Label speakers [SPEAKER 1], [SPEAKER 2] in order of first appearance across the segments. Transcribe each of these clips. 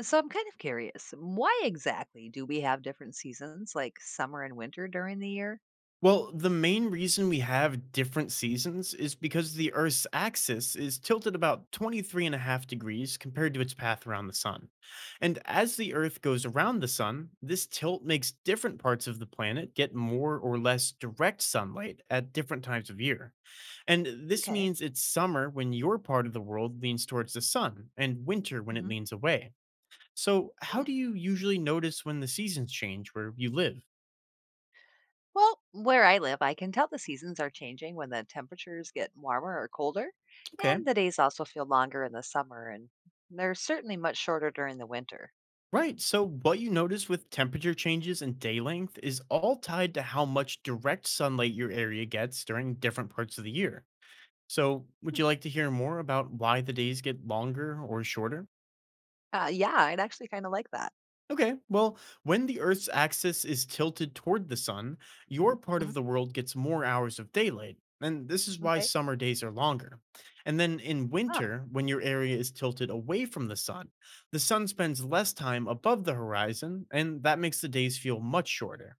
[SPEAKER 1] So I'm kind of curious, why exactly do we have different seasons like summer and winter during the year?
[SPEAKER 2] Well, the main reason we have different seasons is because the Earth's axis is tilted about 23 and a half degrees compared to its path around the sun. And as the Earth goes around the sun, this tilt makes different parts of the planet get more or less direct sunlight at different times of year. And this
[SPEAKER 1] Okay.
[SPEAKER 2] means it's summer when your part of the world leans towards the sun and winter when it
[SPEAKER 1] Hmm.
[SPEAKER 2] leans away. So, how
[SPEAKER 1] Hmm.
[SPEAKER 2] do you usually notice when the seasons change where you live?
[SPEAKER 1] Well, where I live, I can tell the seasons are changing when the temperatures get warmer or colder,
[SPEAKER 2] Okay.
[SPEAKER 1] and the days also feel longer in the summer, and they're certainly much shorter during the winter.
[SPEAKER 2] Right. So, what you notice with temperature changes and day length is all tied to how much direct sunlight your area gets during different parts of the year. So, would
[SPEAKER 1] Hmm.
[SPEAKER 2] you like to hear more about why the days get longer or shorter?
[SPEAKER 1] Yeah, I'd actually kind of like that.
[SPEAKER 2] Okay, well, when the Earth's axis is tilted toward the sun, your part of
[SPEAKER 1] Hmm.
[SPEAKER 2] the world gets more hours of daylight. And this is why
[SPEAKER 1] Okay.
[SPEAKER 2] summer days are longer. And then in
[SPEAKER 1] Ah,
[SPEAKER 2] winter, when your area is tilted away from the sun spends less time above the horizon, and that makes the days feel much shorter.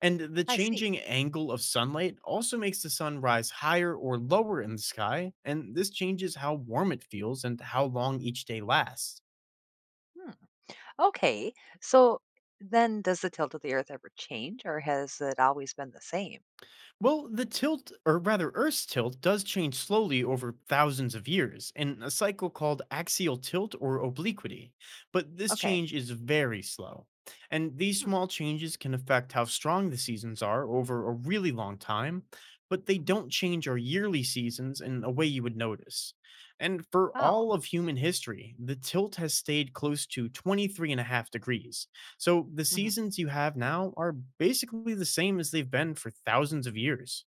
[SPEAKER 2] And the
[SPEAKER 1] I see.
[SPEAKER 2] changing angle of sunlight also makes the sun rise higher or lower in the sky, and this changes how warm it feels and how long each day lasts.
[SPEAKER 1] Hmm. Okay, so then does the tilt of the Earth ever change, or has it always been the same?
[SPEAKER 2] Well, the tilt, or rather, Earth's tilt, does change slowly over thousands of years in a cycle called axial tilt or obliquity. But this
[SPEAKER 1] Okay.
[SPEAKER 2] change is very slow. And these
[SPEAKER 1] Hmm.
[SPEAKER 2] small changes can affect how strong the seasons are over a really long time, but they
[SPEAKER 1] Hmm.
[SPEAKER 2] don't change our yearly seasons in a way you would notice. And for
[SPEAKER 1] Wow.
[SPEAKER 2] all of human history, the tilt has stayed close to 23 and a half degrees, so the
[SPEAKER 1] Mhm.
[SPEAKER 2] seasons you have now are basically the same as they've been for thousands of years.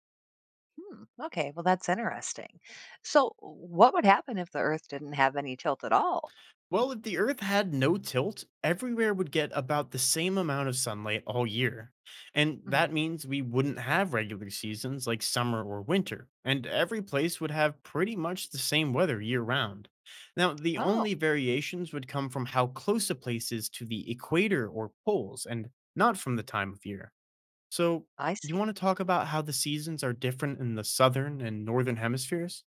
[SPEAKER 1] Hmm. Okay, well, that's interesting. So, what would happen if the Earth didn't have any tilt at all?
[SPEAKER 2] Well, if the Earth had no tilt, everywhere would get about the same amount of sunlight all year. And
[SPEAKER 1] Mhm.
[SPEAKER 2] that means we wouldn't have regular seasons like summer or winter, and every place would have pretty much the same weather year round. Now, the
[SPEAKER 1] Oh,
[SPEAKER 2] only variations would come from how close a place is to the equator or poles, and not from the time of year. So,
[SPEAKER 1] I
[SPEAKER 2] you
[SPEAKER 1] see.
[SPEAKER 2] want to talk about how the seasons are different in the southern and northern hemispheres?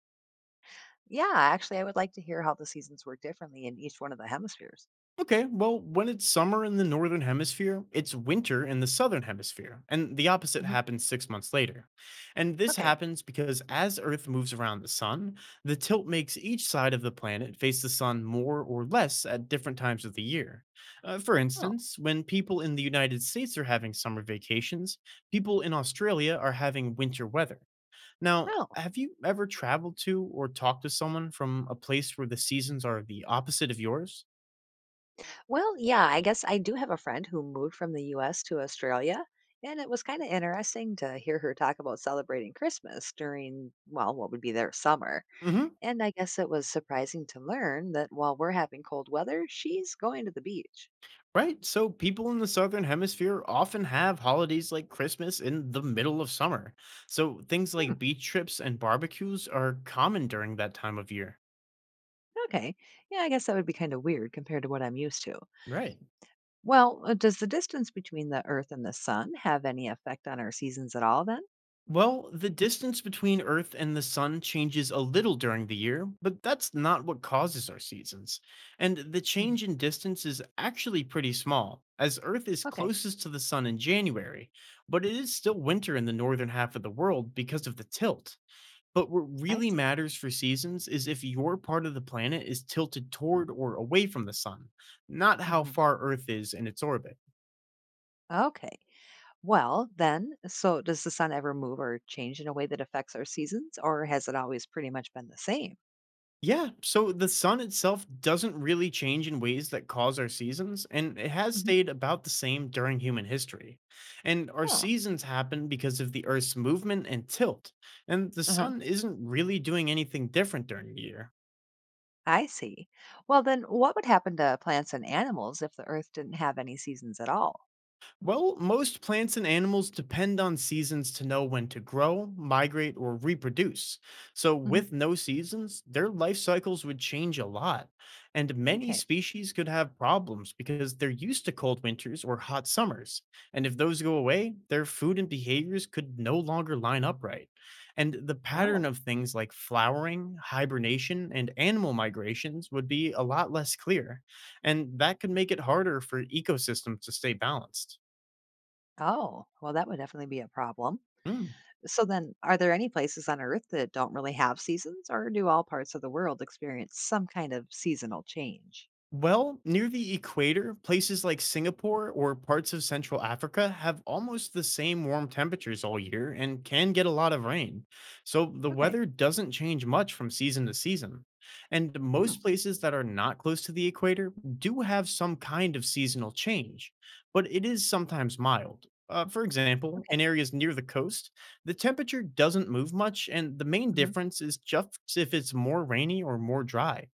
[SPEAKER 1] Yeah, actually, I would like to hear how the seasons work differently in each one of the hemispheres.
[SPEAKER 2] Okay, well, when it's summer in the northern hemisphere, it's winter in the southern hemisphere, and the opposite
[SPEAKER 1] Mhm.
[SPEAKER 2] happens 6 months later. And this
[SPEAKER 1] Okay.
[SPEAKER 2] happens because as Earth moves around the sun, the tilt makes each side of the planet face the sun more or less at different times of the year. For
[SPEAKER 1] Oh,
[SPEAKER 2] instance, when people in the United States are having summer vacations, people in Australia are having winter weather. Now,
[SPEAKER 1] no.
[SPEAKER 2] have you ever traveled to or talked to someone from a place where the seasons are the opposite of yours?
[SPEAKER 1] Well, yeah, I guess I do have a friend who moved from the US to Australia, and it was kind of interesting to hear her talk about celebrating Christmas during, well, what would be their summer.
[SPEAKER 2] Hmm.
[SPEAKER 1] And I guess it was surprising to learn that while we're having cold weather, she's going to the beach.
[SPEAKER 2] Right. So people in the southern hemisphere often have holidays like Christmas in the middle of summer. So things
[SPEAKER 1] Hmm.
[SPEAKER 2] like beach trips and barbecues are common during that time of year.
[SPEAKER 1] Okay. Yeah, I guess that would be kind of weird compared to what I'm used to.
[SPEAKER 2] Right.
[SPEAKER 1] Well, does the distance between the Earth and the Sun have any effect on our seasons at all then?
[SPEAKER 2] Well, the distance between Earth and the Sun changes a little during the year, but that's not what causes our seasons. And the
[SPEAKER 1] Mhm.
[SPEAKER 2] change in distance is actually pretty small, as Earth is
[SPEAKER 1] Okay,
[SPEAKER 2] closest to the Sun in January, but it is still winter in the northern half of the world because of the tilt. But what
[SPEAKER 1] I
[SPEAKER 2] really
[SPEAKER 1] see.
[SPEAKER 2] matters for seasons is if your part of the planet is tilted toward or away from the Sun, not how
[SPEAKER 1] Hmm.
[SPEAKER 2] far Earth is in its orbit.
[SPEAKER 1] Okay. Well, then, so does the sun ever move or change in a way that affects our seasons, or has it always pretty much been the same?
[SPEAKER 2] Yeah, so the sun itself doesn't really change in ways that cause our seasons, and it has
[SPEAKER 1] Mhm.
[SPEAKER 2] stayed about the same during human history. And our
[SPEAKER 1] Huh.
[SPEAKER 2] seasons happen because of the Earth's movement and tilt, and the
[SPEAKER 1] uh
[SPEAKER 2] sun isn't really doing anything different during the year.
[SPEAKER 1] I see. Well, then, what would happen to plants and animals if the Earth didn't have any seasons at all?
[SPEAKER 2] Well, most plants and animals depend on seasons to know when to grow, migrate, or reproduce. So,
[SPEAKER 1] Mhm.
[SPEAKER 2] with no seasons, their life cycles would change a lot. And many
[SPEAKER 1] Okay.
[SPEAKER 2] species could have problems because they're used to cold winters or hot summers. And if those go away, their food and behaviors could no longer line up right. And the pattern
[SPEAKER 1] Oh.
[SPEAKER 2] of things like flowering, hibernation, and animal migrations would be a lot less clear. And that could make it harder for ecosystems to stay balanced.
[SPEAKER 1] Oh. Well, that would definitely be a problem.
[SPEAKER 2] Mm.
[SPEAKER 1] So then, are there any places on Earth that don't really have seasons, or do all parts of the world experience some kind of seasonal change?
[SPEAKER 2] Well, near the equator, places like Singapore or parts of Central Africa have almost the same warm temperatures all year and can get a lot of rain. So the
[SPEAKER 1] Okay.
[SPEAKER 2] weather doesn't change much from season to season. And
[SPEAKER 1] Hmm.
[SPEAKER 2] most places that are not close to the equator do have some kind of seasonal change, but it is sometimes mild. For example,
[SPEAKER 1] Okay.
[SPEAKER 2] in areas near the coast, the temperature doesn't move much, and the main
[SPEAKER 1] Hmm.
[SPEAKER 2] difference is just if it's more rainy or more dry.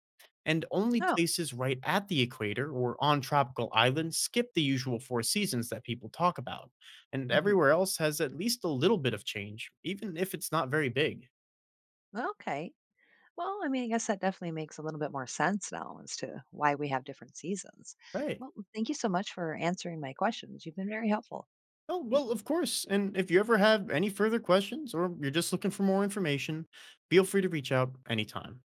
[SPEAKER 2] And only
[SPEAKER 1] Oh.
[SPEAKER 2] places right at the equator or on tropical islands skip the usual four seasons that people talk about. And
[SPEAKER 1] Hmm.
[SPEAKER 2] everywhere else has at least a little bit of change, even if it's not very big.
[SPEAKER 1] Okay. Well, I mean, I guess that definitely makes a little bit more sense now as to why we have different seasons.
[SPEAKER 2] Right.
[SPEAKER 1] Well, thank you so much for answering my questions. You've been very helpful.
[SPEAKER 2] Oh, well, of course. And if you ever have any further questions or you're just looking for more information, feel free to reach out anytime.